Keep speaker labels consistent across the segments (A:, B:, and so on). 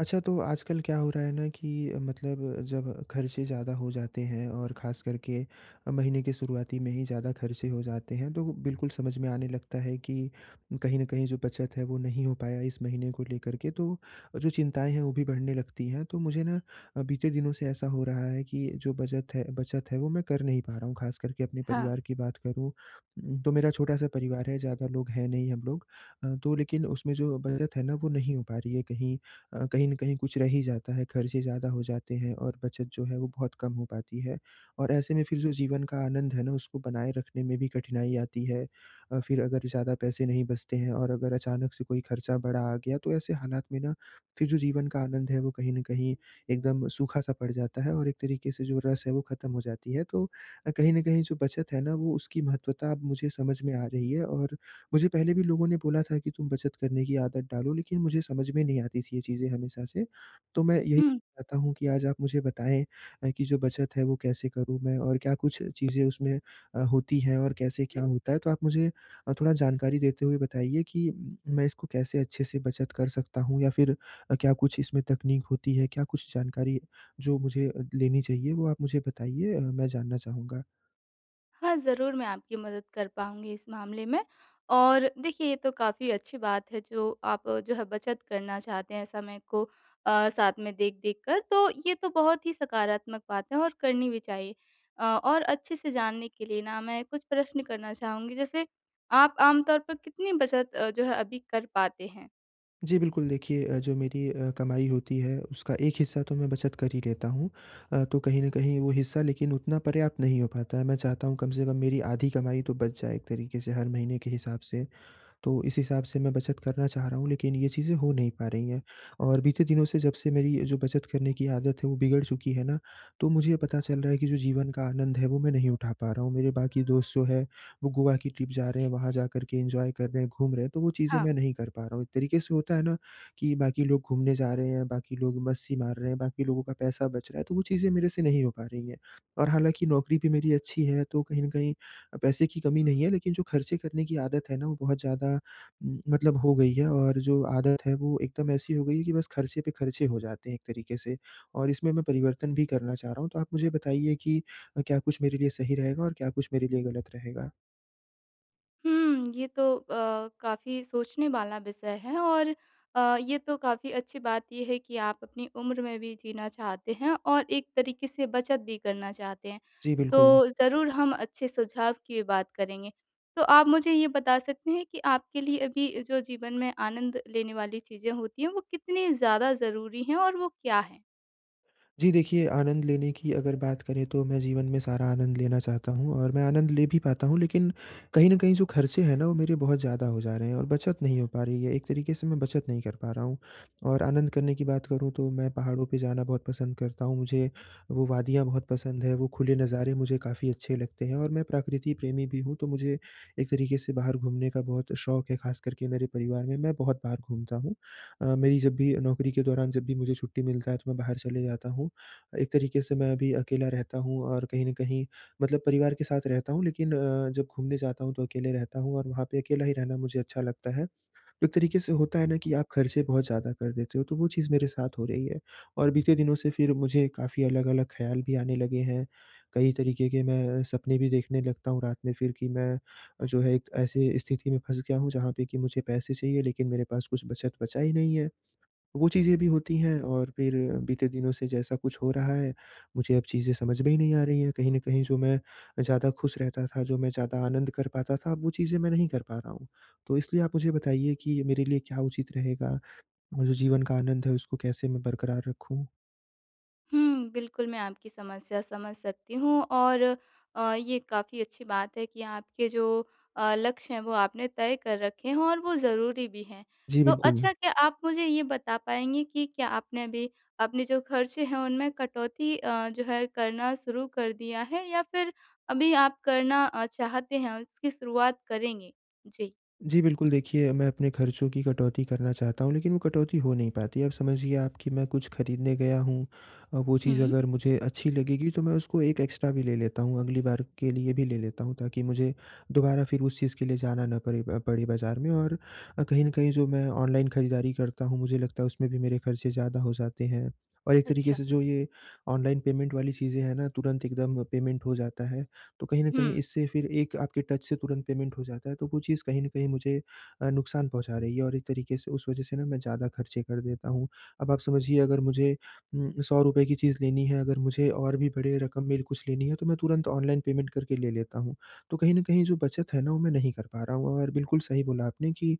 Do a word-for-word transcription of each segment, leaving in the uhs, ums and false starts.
A: अच्छा, तो आजकल क्या हो रहा है ना कि मतलब, जब खर्चे ज़्यादा हो जाते हैं और ख़ास करके महीने के शुरुआती में ही ज़्यादा खर्चे हो जाते हैं, तो बिल्कुल समझ में आने लगता है कि कहीं न कहीं जो बचत है, वो नहीं हो पाया इस महीने को लेकर के। तो जो चिंताएँ हैं, वो भी बढ़ने लगती हैं। तो मुझे ना अ, बीते दिनों से ऐसा हो रहा है कि जो बचत है बचत है, वो मैं कर नहीं पा रहा हूँ। ख़ास करके अपने
B: हाँ।
A: परिवार की बात करूँ। उम, तो मेरा छोटा-सा परिवार है, ज़्यादा लोग हैं नहीं हम लोग। अ, तो लेकिन उसमें जो बचत है ना, वो नहीं हो पा रही है। कहीं अ, कहीं न कहीं कुछ रह ही जाता है, खर्चे ज़्यादा हो जाते हैं और बचत जो है वो बहुत कम हो पाती है। और ऐसे में फिर जो जीवन का आनंद है ना, उसको बनाए रखने में भी कठिनाई आती है। अ, फिर अगर ज़्यादा पैसे नहीं बचते हैं और अगर अचानक से कोई खर्चा बड़ा आ गया, तो ऐसे हालात में ना फिर जो जीवन का आनंद है वो कहीं न कहीं एकदम सूखा-सा पड़ जाता है और एक तरीके से जो रस है वो ख़त्म हो जाती है। तो अ, कहीं न कहीं जो बचत है ना, वो उसकी महत्वता अब मुझे समझ में आ रही है। और मुझे पहले भी लोगों ने बोला था कि तुम बचत करने की आदत डालो, लेकिन मुझे समझ में नहीं आती थी ये चीज़ें हमेशा से। तो मैं यही
B: हुँ।
A: चाहता हूँ कि आज आप मुझे बताएँ अ, कि जो बचत है वो कैसे करूँ मैं और क्या कुछ चीज़ें उसमें अ, होती हैं और कैसे क्या होता है? तो आप मुझे अ, थोड़ा जानकारी देते हुए बताइए कि मैं इसको कैसे अच्छे से बचत कर सकता हूँ या फिर अ, क्या कुछ इसमें तकनीक होती है? क्या कुछ जानकारी जो मुझे अ, लेनी चाहिए वो आप मुझे बताइए, अ, मैं जानना चाहूँगा।
B: हाँ, ज़रूर मैं आपकी मदद कर पाऊँगी इस मामले में। और देखिए, ये तो काफ़ी अच्छी बात है जो आप अ, जो है बचत करना चाहते हैं समय को अ, साथ में देख-देख कर। तो ये तो बहुत ही सकारात्मक बात है और करनी भी चाहिए। अ, और अच्छे से जानने के लिए ना मैं कुछ प्रश्न करना चाहूँगी, जैसे आप आम तौर पर कितनी बचत अ, जो है अभी कर पाते हैं?
A: जी, बिल्कुल देखिए, अ, जो मेरी अ, कमाई होती है उसका एक हिस्सा तो मैं बचत कर ही लेता हूँ। अ, तो कहीं न कहीं वो हिस्सा लेकिन उतना पर्याप्त नहीं हो पाता है। मैं चाहता हूँ कम से कम मेरी आधी कमाई तो बच जाए एक तरीके से हर महीने के हिसाब से। तो इस हिसाब से मैं बचत करना चाह रहा हूँ, लेकिन ये चीज़ें हो नहीं पा रही हैं। और बीते दिनों से जब से मेरी जो बचत करने की आदत है, वो बिगड़ चुकी है ना, तो मुझे पता चल रहा है कि जो जीवन का आनंद है, वो मैं नहीं उठा पा रहा हूँ। मेरे बाकी दोस्त जो है, वो गोवा की ट्रिप जा रहे हैं, वहाँ जा कर के एन्जॉय कर रहे हैं, घूम रहे हैं, तो वो चीज़ें
B: हाँ।
A: मैं नहीं कर पा रहा हूँ। एक तरीके से होता है ना कि बाकी लोग घूमने जा रहे हैं, बाकी लोग मस्ती मार रहे हैं, बाकी लोगों का पैसा बच रहा है, तो वो चीज़ें मेरे से नहीं हो पा रही हैं। और हालाँकि नौकरी भी मेरी अच्छी है, तो कहीं न कहीं अ, पैसे की कमी नहीं है, लेकिन जो खर्चे करने की आदत है ना वो बहुत ज़्यादा उम, मतलब हो गई है और जो आदत है वो एकदम ऐसी हो गई है कि बस खर्चे पे खर्चे हो जाते हैं एक तरीके से। और इसमें मैं परिवर्तन भी करना चाह रहा हूँ। तो आप मुझे बताइए कि अ, क्या कुछ मेरे लिए सही रहेगा और क्या कुछ मेरे लिए गलत रहेगा?
B: हुँ, ये तो अ, काफ़ी सोचने वाला विषय है। और अ, ये तो काफ़ी अच्छी बात ये है कि आप अपनी उम्र में भी जीना चाहते हैं और एक तरीके से बचत भी करना चाहते हैं।
A: जी, बिल्कुल।
B: तो ज़रूर हम अच्छे सुझाव की बात करेंगे। तो आप मुझे ये बता सकते हैं कि आपके लिए अभी जो जीवन में आनंद लेने वाली चीज़ें होती हैं, वो कितनी ज़्यादा ज़रूरी हैं और वो क्या हैं?
A: जी देखिए, आनंद लेने की अगर बात करें तो मैं जीवन में सारा आनंद लेना चाहता हूँ और मैं आनंद ले भी पाता हूँ, लेकिन कहीं न कहीं जो खर्चे हैं ना वो मेरे बहुत ज़्यादा हो जा रहे हैं और बचत नहीं हो पा रही है। एक तरीके से मैं बचत नहीं कर पा रहा हूँ। और आनंद करने की बात करूँ तो मैं पहाड़ों पे जाना बहुत पसंद करता हूँ। मुझे वो वादियाँ बहुत पसंद है, वो खुले नज़ारे मुझे काफ़ी अच्छे लगते हैं और मैं प्रकृति प्रेमी भी हूँ, तो मुझे एक तरीके से बाहर घूमने का बहुत शौक है, ख़ास करके मेरे परिवार में मैं बहुत बाहर घूमता हूँ। अ, मेरी जब भी नौकरी के दौरान जब भी मुझे छुट्टी मिलता है तो मैं बाहर चले जाता हूँ। एक तरीके से मैं अभी अकेला रहता हूँ और कहीं न कहीं मतलब परिवार के साथ रहता हूँ, लेकिन अ, जब घूमने जाता हूँ तो अकेले रहता हूँ और वहाँ पे अकेला ही रहना मुझे अच्छा लगता है। तो एक तरीके से होता है ना कि आप खर्चे बहुत ज़्यादा कर देते हो, तो वो चीज़ मेरे साथ हो रही है। और बीते दिनों से फिर मुझे काफ़ी अलग-अलग ख़्याल भी आने लगे हैं। कई तरीके के मैं सपने भी देखने लगता हूँ रात में फिर कि मैं जो है एक ऐसी स्थिति में फँस गया हूँ जहाँ पे कि मुझे पैसे चाहिए, लेकिन मेरे पास कुछ बचत बचा ही नहीं है। वो चीज़ें भी होती हैं और फिर बीते दिनों से जैसा कुछ हो रहा है, मुझे अब चीज़ें समझ में ही नहीं आ रही हैं। कहीं न कहीं जो मैं ज़्यादा खुश रहता था, जो मैं ज़्यादा आनंद कर पाता था, अब वो चीज़ें मैं नहीं कर पा रहा हूँ। तो इसलिए आप मुझे बताइए कि मेरे लिए क्या उचित रहेगा? और जो जीवन का आनंद है उसको कैसे मैं बरकरार रखूँ?
B: हुँ, बिल्कुल, मैं आपकी समस्या समझ सकती हूँ। और अ, ये काफ़ी अच्छी बात है कि आपके जो अ, लक्ष्य हैं, वो आपने तय कर रखे हैं और वो ज़रूरी भी हैं।
A: जी,
B: तो
A: बिल्कुल।
B: अच्छा, क्या आप मुझे ये बता पाएँगे कि क्या आपने अभी अपने जो खर्चे हैं, उनमें कटौती अ, जो है करना शुरू कर दिया है, या फिर अभी आप करना अ, चाहते हैं और इसकी शुरुआत करेंगे? जी।
A: जी, बिल्कुल देखिए, मैं अपने खर्चों की कटौती करना चाहता हूँ, लेकिन वो कटौती हो नहीं पाती। अब समझिए आप कि मैं कुछ खरीदने गया हूँ, अ, वो चीज़
B: हुँ।
A: अगर मुझे अच्छी लगेगी तो मैं उसको एक एक्स्ट्रा भी ले लेता हूँ, अगली बार के लिए भी ले लेता हूँ ताकि मुझे दोबारा फिर उस चीज़ के लिए जाना ना पड़े अ, पड़े बाज़ार में। और अ, कहीं न कहीं जो मैं ऑनलाइन खरीदारी करता हूँ, मुझे लगता है उसमें भी मेरे खर्चे ज़्यादा हो जाते हैं। और एक तरीके
B: अच्छा।
A: से जो ये ऑनलाइन पेमेंट वाली चीज़ें हैं ना, तुरंत एकदम पेमेंट हो जाता है। तो कहीं न कहीं
B: हुँ,
A: इससे फिर एक आपके टच से तुरंत पेमेंट हो जाता है, तो वो चीज़ कहीं न कहीं मुझे अ, नुकसान पहुँचा रही है और एक तरीके से उस वजह से ना मैं ज़्यादा खर्चे कर देता हूँ। अब आप समझिए अगर मुझे उम, ₹सौ की चीज़ लेनी है, अगर मुझे और भी बड़े रकम में कुछ लेनी है, तो मैं तुरंत ऑनलाइन पेमेंट करके ले लेता हूँ। तो कहीं न कहीं जो बचत है ना, वो मैं नहीं कर पा रहा हूँ। और बिल्कुल सही बोला आपने कि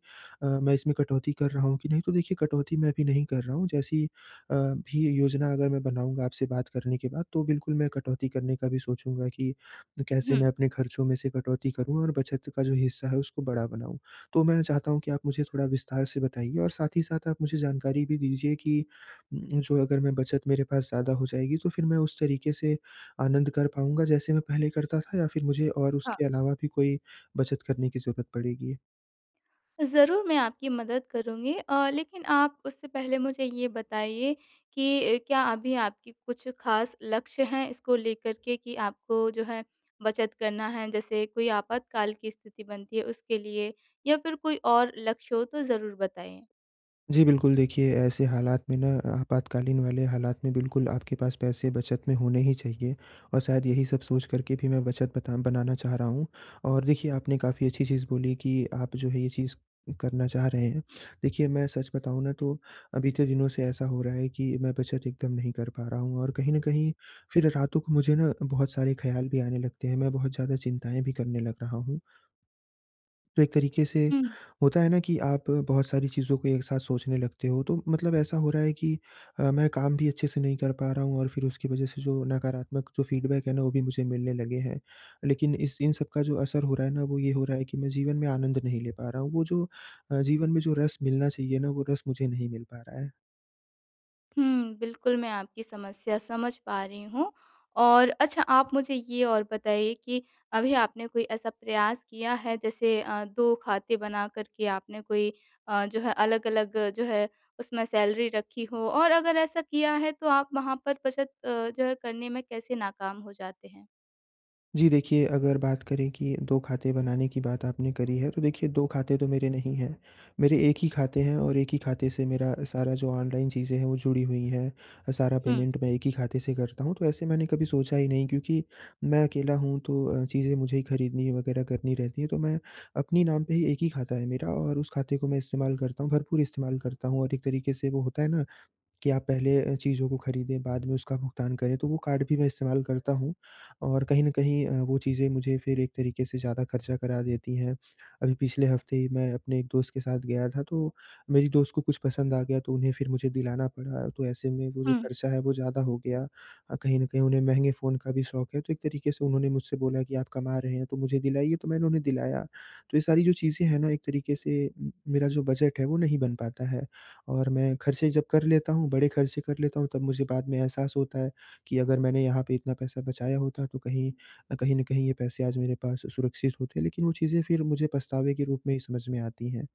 A: अ, मैं इसमें कटौती कर रहा हूँ कि नहीं, तो देखिए कटौती मैं अभी नहीं कर रहा हूँ। जैसी अ, भी योजना अगर मैं बनाऊँगा आपसे बात करने के बाद, तो बिल्कुल मैं कटौती करने का भी सोचूँगा कि तो कैसे
B: हुँ।
A: मैं अपने खर्चों में से कटौती करूँ और बचत का जो हिस्सा है उसको बड़ा बनाऊँ। तो मैं चाहता हूँ कि आप मुझे थोड़ा विस्तार से बताइए और साथ ही साथ आप मुझे जानकारी भी दीजिए कि उम, जो अगर मैं बचत मेरे पास ज़्यादा हो जाएगी तो फिर मैं उस तरीके से आनंद कर पाऊँगा जैसे मैं पहले करता था, या फिर मुझे और
B: हाँ।
A: उसके अलावा भी कोई बचत करने की ज़रूरत पड़ेगी?
B: ज़रूर, मैं आपकी मदद करूँगी, अ, लेकिन आप उससे पहले मुझे ये बताइए कि अ, क्या अभी आपकी कुछ ख़ास लक्ष्य हैं इसको लेकर के कि आपको जो है बचत करना है? जैसे कोई आपातकाल की स्थिति बनती है उसके लिए, या फिर कोई और लक्ष्य हो तो ज़रूर बताएँ।
A: जी, बिल्कुल, देखिए ऐसे हालात में ना आपातकालीन वाले हालात में बिल्कुल आपके पास पैसे बचत में होने ही चाहिए और शायद यही सब सोच कर के भी मैं बचत बता बनाना चाह रहा हूँ। और देखिए आपने काफ़ी अच्छी चीज़ बोली कि आप जो है ये चीज़ करना चाह रहे हैं। देखिए मैं सच बताऊँ ना तो अ, बीते दिनों से ऐसा हो रहा है कि मैं बचत एकदम नहीं कर पा रहा हूँ और कहीं न कहीं फिर रातों को मुझे ना बहुत सारे ख़्याल भी आने लगते हैं, मैं बहुत ज़्यादा चिंताएँ भी करने लग रहा हूँ। तो एक तरीके से
B: हुँ।
A: होता है ना कि आप बहुत सारी चीज़ों को एक साथ सोचने लगते हो, तो मतलब ऐसा हो रहा है कि अ, मैं काम भी अच्छे से नहीं कर पा रहा हूँ और फिर उसकी वज़ह से जो नकारात्मक जो फ़ीडबैक है ना, वो भी मुझे मिलने लगे हैं। लेकिन इस इन सब का जो असर हो रहा है ना, वो ये हो रहा है कि मैं जीवन में आनंद नहीं ले पा रहा हूँ। वो जो अ, जीवन में जो रस मिलना चाहिए ना, वो रस मुझे नहीं मिल पा रहा है।
B: हुँ, बिल्कुल मैं आपकी समस्या समझ पा रही हूँ। और अच्छा, आप मुझे ये और बताइए कि अभी आपने कोई ऐसा प्रयास किया है, जैसे अ, दो खाते बना कर के आपने कोई अ, जो है अलग-अलग जो है उसमें सैलरी रखी हो? और अगर ऐसा किया है तो आप वहाँ पर बचत अ, जो है करने में कैसे नाकाम हो जाते हैं?
A: जी देखिए, अगर बात करें कि दो खाते बनाने की बात आपने करी है, तो देखिए दो खाते तो मेरे नहीं हैं। मेरे एक ही खाते हैं और एक ही खाते से मेरा सारा जो ऑनलाइन चीज़ें हैं, वो जुड़ी हुई हैं। अ, सारा
B: हुँ,
A: पेमेंट मैं एक ही खाते से करता हूँ, तो ऐसे मैंने कभी सोचा ही नहीं क्योंकि मैं अकेला हूँ, तो अ, चीज़ें मुझे ही खरीदनी वगैरह करनी रहती हैं, तो मैं अपने नाम पे ही एक ही खाता है मेरा और उस खाते को मैं इस्तेमाल करता हूँ, भरपूर इस्तेमाल करता हूँ। और एक तरीके से वो होता है ना कि आप पहले अ, चीज़ों को खरीदें, बाद में उसका भुगतान करें, तो वो कार्ड भी मैं इस्तेमाल करता हूँ। और कहीं न कहीं अ, वो चीज़ें मुझे फिर एक तरीके से ज़्यादा खर्चा करा देती हैं। अभी पिछले हफ़्ते ही मैं अपने एक दोस्त के साथ गया था, तो मेरी दोस्त को कुछ पसंद आ गया, तो उन्हें फिर मुझे दिलाना पड़ा। तो ऐसे में वो जो
B: हुँ।
A: खर्चा है, वो ज़्यादा हो गया। अ, कहीं न कहीं उन्हें महँगे फ़ोन का भी शौक है, तो एक तरीके से उन्होंने मुझसे बोला कि, "आप कमा रहे हैं, तो मुझे दिलाइए।" तो मैंने उन्हें दिलाया। तो ये सारी जो चीज़ें हैं ना, एक तरीके से उम, मेरा जो बजट है, वो नहीं बन पाता है। और मैं खर्चे जब कर लेता हूँ, बड़े खर्चे कर लेता हूँ, तब मुझे बाद में एहसास होता है कि अगर मैंने यहाँ पे इतना पैसा बचाया होता तो कहीं अ, कहीं न कहीं ये पैसे आज मेरे पास सुरक्षित होते। लेकिन वो चीज़ें फिर मुझे पछतावे के रूप में ही समझ में आती हैं।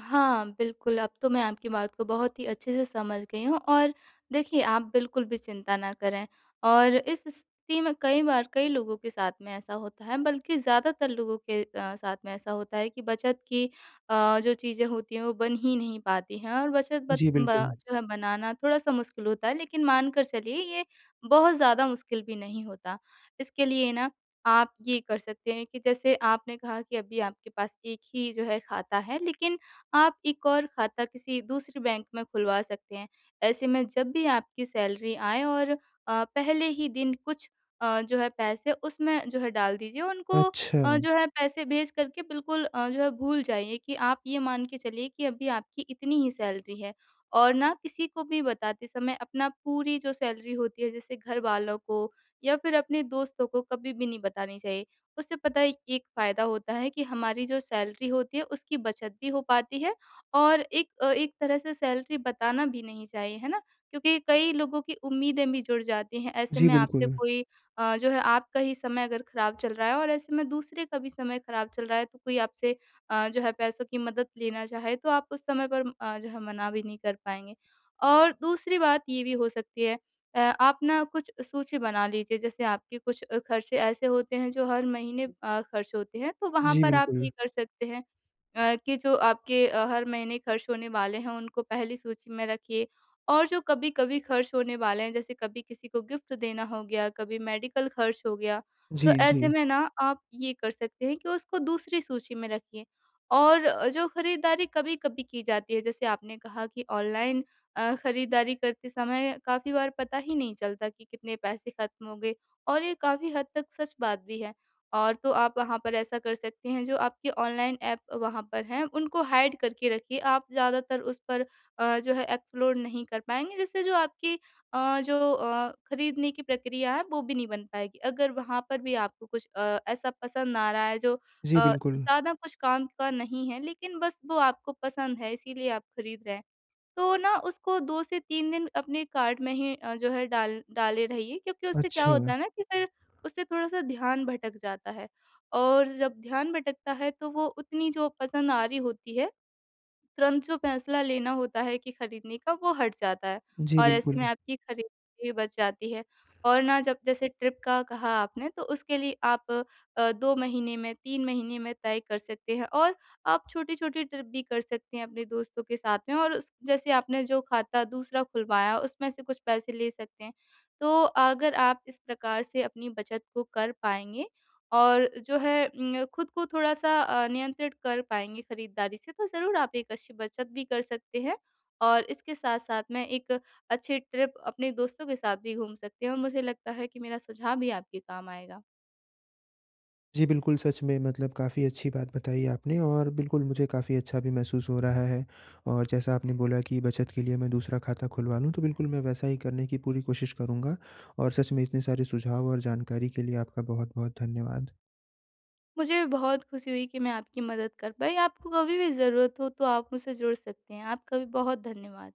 B: हाँ, बिल्कुल, अब तो मैं आपकी बात को बहुत ही अच्छे से समझ गई हूँ। और देखिए, आप बिल्कुल भी चिंता ना करें। और इस स्थिति में कई बार कई लोगों के साथ में ऐसा होता है, बल्कि ज़्यादातर लोगों के अ, साथ में ऐसा होता है कि बचत की अ, जो चीज़ें होती हैं, वो बन ही नहीं पाती हैं। और बचत बत
A: जी,
B: ब
A: बिल्कुल।
B: जो है बनाना थोड़ा-सा मुश्किल होता है, लेकिन मान कर चलिए, ये बहुत ज़्यादा मुश्किल भी नहीं होता। इसके लिए ना, आप ये कर सकते हैं कि जैसे आपने कहा कि अभी आपके पास एक ही जो है खाता है, लेकिन आप एक और खाता किसी दूसरे बैंक में खुलवा सकते हैं। ऐसे में जब भी आपकी सैलरी आए और अ, पहले ही दिन कुछ अ, जो है पैसे उसमें जो है डाल दीजिए। उनको
A: अच्छा।
B: अ, जो है पैसे भेज कर के बिल्कुल अ, जो है भूल जाइए, कि आप ये मान के चलिए कि अभी आपकी इतनी ही सैलरी है। और ना किसी को भी बताते समय अपना पूरी जो सैलरी होती है, जैसे घरवालों को या फिर अपने दोस्तों को, कभी भी नहीं बतानी चाहिए। उससे पता है एक फ़ायदा होता है कि हमारी जो सैलरी होती है उसकी बचत भी हो पाती है। और एक अ, एक तरह से सैलरी बताना भी नहीं चाहिए, है ना? क्योंकि कई लोगों की उम्मीदें भी जुड़ जाती हैं, ऐसे
A: जी,
B: में आपसे
A: बिल्कुल।
B: कोई अ, जो है आपका ही समय अगर खराब चल रहा है, और ऐसे में दूसरे का भी समय खराब चल रहा है, तो कोई आपसे अ, जो है पैसों की मदद लेना चाहे तो आप उस समय पर अ, जो है मना भी नहीं कर पाएँगे। और दूसरी बात ये भी हो सकती है, अ, आप ना कुछ सूची बना लीजिए। जैसे आपके कुछ अ, खर्चे ऐसे होते हैं जो हर महीने अ, खर्च होते हैं, तो वहाँ
A: जी,
B: पर आप ये
A: बिल्कुल।
B: कर सकते हैं अ, कि जो आपके अ, हर महीने खर्च होने वाले हैं, उनको पहली सूची में रखिए। और जो कभी कभी खर्च होने वाले हैं, जैसे कभी किसी को गिफ्ट देना हो गया, कभी मेडिकल खर्च हो गया, तो
A: जी,
B: ऐसे
A: जी।
B: में ना आप ये कर सकते हैं कि उसको दूसरी सूची में रखिए। और अ, जो खरीदारी कभी कभी की जाती है, जैसे आपने कहा कि ऑनलाइन अ, खरीदारी करते समय काफ़ी बार पता ही नहीं चलता कि कितने पैसे खत्म हो गए, और ये काफ़ी हद तक सच बात भी है। और तो आप वहाँ पर ऐसा कर सकते हैं, जो आपके ऑनलाइन ऐप वहाँ पर हैं उनको हाइड करके रखिए। आप ज़्यादातर उस पर अ, जो है एक्सप्लोर नहीं कर पाएँगे, जिससे जो आपकी अ, जो अ, खरीदने की प्रक्रिया है वो भी नहीं बन पाएगी। अगर वहाँ पर भी आपको कुछ अ, ऐसा पसंद आ रहा है जो
A: जी,
B: अ,
A: बिल्कुल।
B: ज़्यादा कुछ काम का नहीं है, लेकिन बस वो आपको पसंद है इसीलिए आप खरीद रहे हैं। तो ना उसको दो से तीन दिन अपने कार्ट में ही अ, जो है डाल डाले रहिए, क्योंकि उससे क्या
A: अच्छा।
B: होता है ना, कि फिर उससे थोड़ा-सा ध्यान भटक जाता है। और जब ध्यान भटकता है, तो वो उतनी जो पसंद आ रही होती है, तुरंत जो फैसला लेना होता है कि खरीदने का, वो हट जाता है।
A: जी,
B: और ऐसे में
A: बिल्कुल,
B: आपकी खरीद भी बच जाती है। और ना जब जैसे ट्रिप का कहा आपने, तो उसके लिए आप अ, दो महीने में तीन महीने में तय कर सकते हैं। और आप छोटी-छोटी ट्रिप भी कर सकते हैं अपने दोस्तों के साथ में, और उस जैसे आपने जो खाता दूसरा खुलवाया उसमें से कुछ पैसे ले सकते हैं। तो अगर आप इस प्रकार से अपनी बचत को कर पाएँगे, और जो है उम, खुद को थोड़ा-सा अ, नियंत्रित कर पाएँगे खरीदारी से, तो ज़रूर आप एक अच्छी बचत भी कर सकते हैं। और इसके साथ-साथ में एक अच्छे ट्रिप अपने दोस्तों के साथ भी घूम सकते हैं, और मुझे लगता है कि मेरा सुझाव भी आपके काम आएगा।
A: जी, बिल्कुल, सच में मतलब काफ़ी अच्छी बात बताई आपने और बिल्कुल मुझे काफ़ी अच्छा भी महसूस हो रहा है और जैसा आपने बोला कि बचत के लिए मैं दूसरा खाता खुलवा लूँ, तो बिल्कुल मैं वैसा ही करने की पूरी कोशिश करूँगा और सच में इतने सारे सुझाव और जानकारी के लिए आपका बहुत-बहुत धन्यवाद।
B: मुझे बहुत खुशी हुई कि मैं आपकी मदद कर पाई। आपको कभी भी ज़रूरत हो तो आप मुझसे जुड़ सकते हैं। आपका भी बहुत धन्यवाद।